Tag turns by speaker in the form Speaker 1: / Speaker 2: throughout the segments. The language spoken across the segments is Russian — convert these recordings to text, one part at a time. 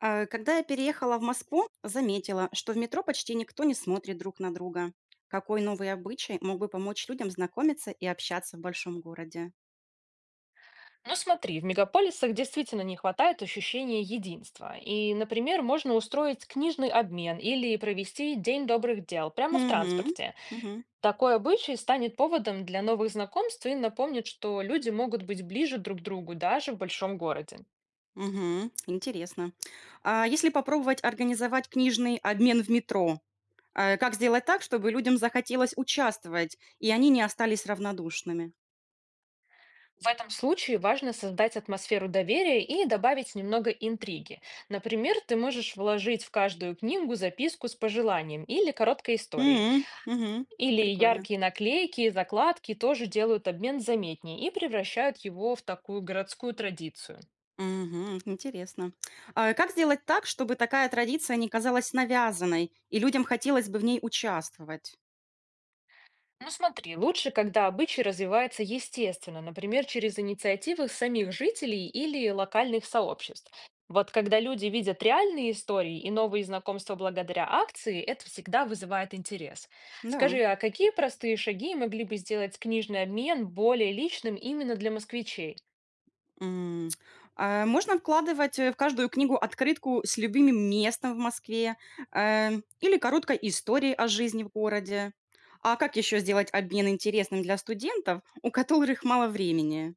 Speaker 1: Когда я переехала в Москву, заметила, что в метро почти никто не смотрит друг на друга. Какой новый обычай мог бы помочь людям знакомиться и общаться в большом городе?
Speaker 2: Ну смотри, в мегаполисах действительно не хватает ощущения единства. И, например, можно устроить книжный обмен или провести День добрых дел прямо в
Speaker 1: Угу,
Speaker 2: транспорте.
Speaker 1: угу,
Speaker 2: Такой обычай станет поводом для новых знакомств и напомнит, что люди могут быть ближе друг к другу даже в большом городе.
Speaker 1: угу, интересно. А если попробовать организовать книжный обмен в метро, как сделать так, чтобы людям захотелось участвовать, и они не остались равнодушными?
Speaker 2: В этом случае важно создать атмосферу доверия и добавить немного интриги. Например, ты можешь вложить в каждую книгу записку с пожеланием или короткой историей.
Speaker 1: Угу, угу,
Speaker 2: Или
Speaker 1: прикольно.
Speaker 2: яркие наклейки и закладки тоже делают обмен заметнее и превращают его в такую городскую традицию.
Speaker 1: Мгм. Интересно. А как сделать так, чтобы такая традиция не казалась навязанной, и людям хотелось бы в ней участвовать?
Speaker 2: Ну смотри, лучше, когда обычай развивается естественно, например, через инициативы самих жителей или локальных сообществ. Вот когда люди видят реальные истории и новые знакомства благодаря акции, это всегда вызывает интерес.
Speaker 1: Да.
Speaker 2: Скажи, а какие простые шаги могли бы сделать книжный обмен более личным именно для москвичей?
Speaker 1: М. А можно вкладывать, в каждую книгу открытку с любимым местом в Москве, э, или короткой историей о жизни в городе. А как еще сделать обмен интересным для студентов, у которых мало времени?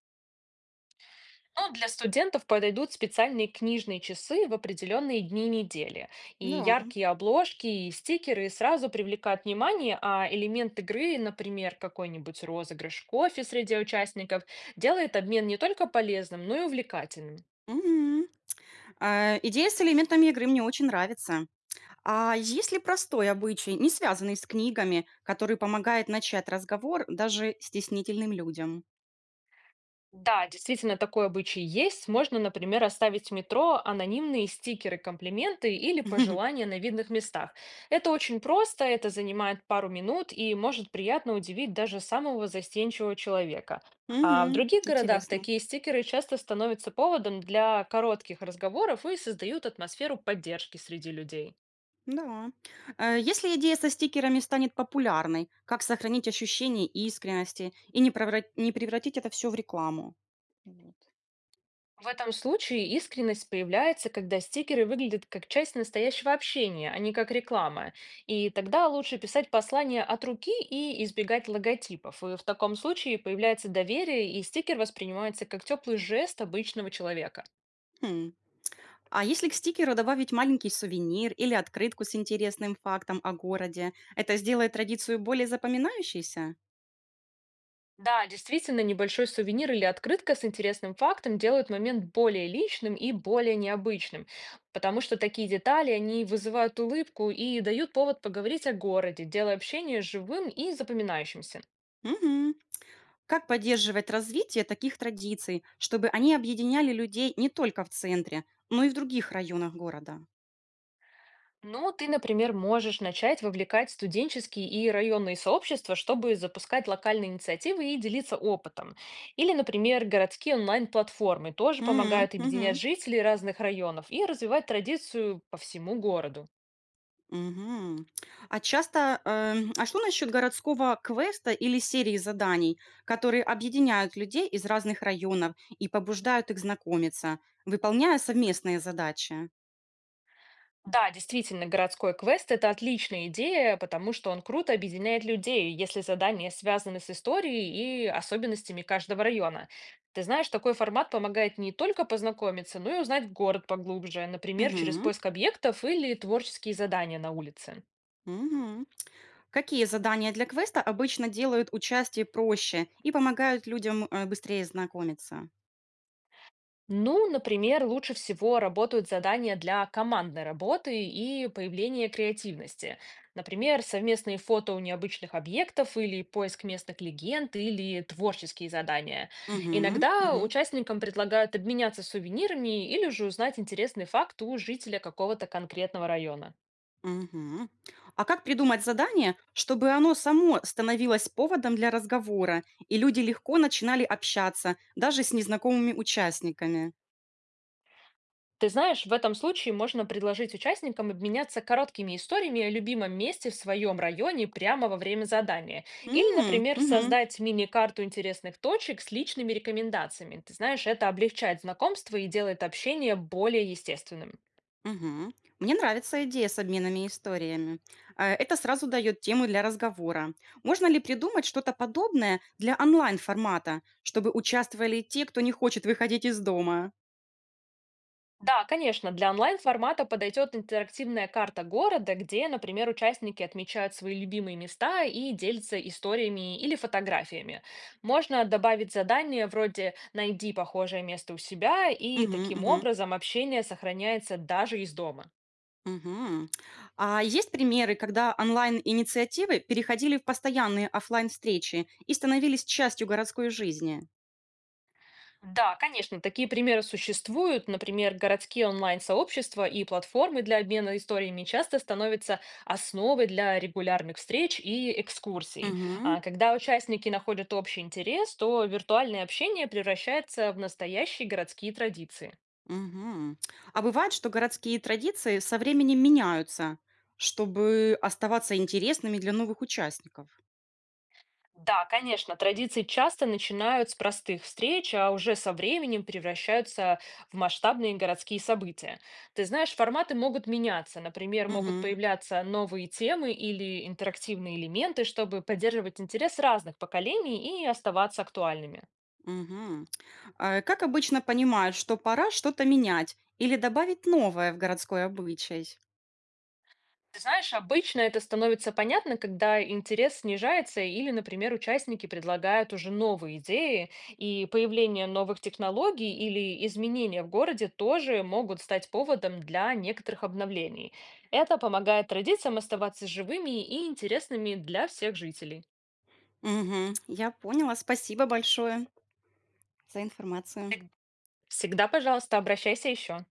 Speaker 2: Ну, для студентов подойдут специальные книжные часы в определенные дни недели. И
Speaker 1: Да.
Speaker 2: яркие обложки, и стикеры сразу привлекают внимание, а элемент игры, например, какой-нибудь розыгрыш кофе среди участников, делает обмен не только полезным, но и увлекательным.
Speaker 1: Мгм. Идея с элементами игры мне очень нравится. А есть ли простой обычай, не связанный с книгами, который помогает начать разговор даже стеснительным людям?
Speaker 2: Да, действительно, такой обычай есть. Можно, например, оставить в метро анонимные стикеры, комплименты или пожелания на видных местах. Это очень просто, это занимает пару минут и может приятно удивить даже самого застенчивого человека. А в
Speaker 1: Мгм.
Speaker 2: других городах
Speaker 1: Интересно.
Speaker 2: такие стикеры часто становятся поводом для коротких разговоров и создают атмосферу поддержки среди людей.
Speaker 1: Да. Если идея со стикерами станет популярной, как сохранить ощущение искренности и не превратить это все в рекламу? Вот.
Speaker 2: В этом случае искренность появляется, когда стикеры выглядят как часть настоящего общения, а не как реклама. И тогда лучше писать послание от руки и избегать логотипов. И в таком случае появляется доверие, и стикер воспринимается как теплый жест обычного человека.
Speaker 1: Хм. А если к стикеру добавить маленький сувенир или открытку с интересным фактом о городе, это сделает традицию более запоминающейся?
Speaker 2: Да, действительно, небольшой сувенир или открытка с интересным фактом делают момент более личным и более необычным, потому что такие детали, они вызывают улыбку и дают повод поговорить о городе, делая общение живым и запоминающимся.
Speaker 1: Мгм. Как поддерживать развитие таких традиций, чтобы они объединяли людей не только в центре, но и в других районах города?
Speaker 2: Ну, ты, например, можешь начать вовлекать студенческие и районные сообщества, чтобы запускать локальные инициативы и делиться опытом. Или, например, городские онлайн-платформы тоже
Speaker 1: М,
Speaker 2: помогают объединять
Speaker 1: мгм.
Speaker 2: жителей разных районов и развивать традицию по всему городу.
Speaker 1: Мгм. А что насчет городского квеста или серии заданий, которые объединяют людей из разных районов и побуждают их знакомиться, выполняя совместные задачи?
Speaker 2: Да, действительно, городской квест– это отличная идея, потому что он круто объединяет людей, если задания связаны с историей и особенностями каждого района. Ты знаешь, такой формат помогает не только познакомиться, но и узнать город поглубже, например, через
Speaker 1: Мгм.
Speaker 2: поиск объектов или творческие задания на улице.
Speaker 1: Мгм. Какие задания для квеста обычно делают участие проще и помогают людям быстрее знакомиться?
Speaker 2: Ну, например, лучше всего работают задания для командной работы и появления креативности. Например, совместные фото у необычных объектов или поиск местных легенд или творческие задания.
Speaker 1: Мгм,
Speaker 2: Иногда
Speaker 1: мгм.
Speaker 2: участникам предлагают обменяться сувенирами или же узнать интересный факт у жителя какого-то конкретного района.
Speaker 1: Мгм. А как придумать задание, чтобы оно само становилось поводом для разговора, и люди легко начинали общаться, даже с незнакомыми участниками?
Speaker 2: Ты знаешь, в этом случае можно предложить участникам обменяться короткими историями о любимом месте в своем районе прямо во время задания.
Speaker 1: М,
Speaker 2: Или,
Speaker 1: мгм,
Speaker 2: например,
Speaker 1: мгм,
Speaker 2: создать мини-карту интересных точек с личными рекомендациями. Ты знаешь, это облегчает знакомство и делает общение более естественным.
Speaker 1: мгм. Мне нравится идея с обменами историями. Это сразу дает тему для разговора. Можно ли придумать что-то подобное для онлайн-формата, чтобы участвовали и те, кто не хочет выходить из дома?
Speaker 2: Да, конечно, для онлайн-формата подойдет интерактивная карта города, где, например, участники отмечают свои любимые места и делятся историями или фотографиями. Можно добавить задания вроде «найди похожее место у себя», и
Speaker 1: Мгм,
Speaker 2: таким
Speaker 1: мгм.
Speaker 2: образом общение сохраняется даже из дома.
Speaker 1: Мгм. А есть примеры, когда онлайн-инициативы переходили в постоянные оффлайн-встречи и становились частью городской жизни?
Speaker 2: Да, конечно, такие примеры существуют. Например, городские онлайн-сообщества и платформы для обмена историями часто становятся основой для регулярных встреч и экскурсий.
Speaker 1: Мгм.
Speaker 2: А когда участники находят общий интерес, то виртуальное общение превращается в настоящие городские традиции.
Speaker 1: Мгм. А бывает, что городские традиции со временем меняются, чтобы оставаться интересными для новых участников.
Speaker 2: Да, конечно, традиции часто начинают с простых встреч, а уже со временем превращаются в масштабные городские события. Ты знаешь, форматы могут меняться. Например, могут
Speaker 1: Мгм.
Speaker 2: появляться новые темы или интерактивные элементы, чтобы поддерживать интерес разных поколений и оставаться актуальными.
Speaker 1: Мгм. А как обычно понимают, что пора что-то менять или добавить новое в городской обычай?
Speaker 2: Ты знаешь, обычно это становится понятно, когда интерес снижается или, например, участники предлагают уже новые идеи, и появление новых технологий или изменения в городе тоже могут стать поводом для некоторых обновлений. Это помогает традициям оставаться живыми и интересными для всех жителей.
Speaker 1: Мгм. Я поняла. Спасибо большое за информацию.
Speaker 2: Всег- Всегда, пожалуйста, обращайся еще.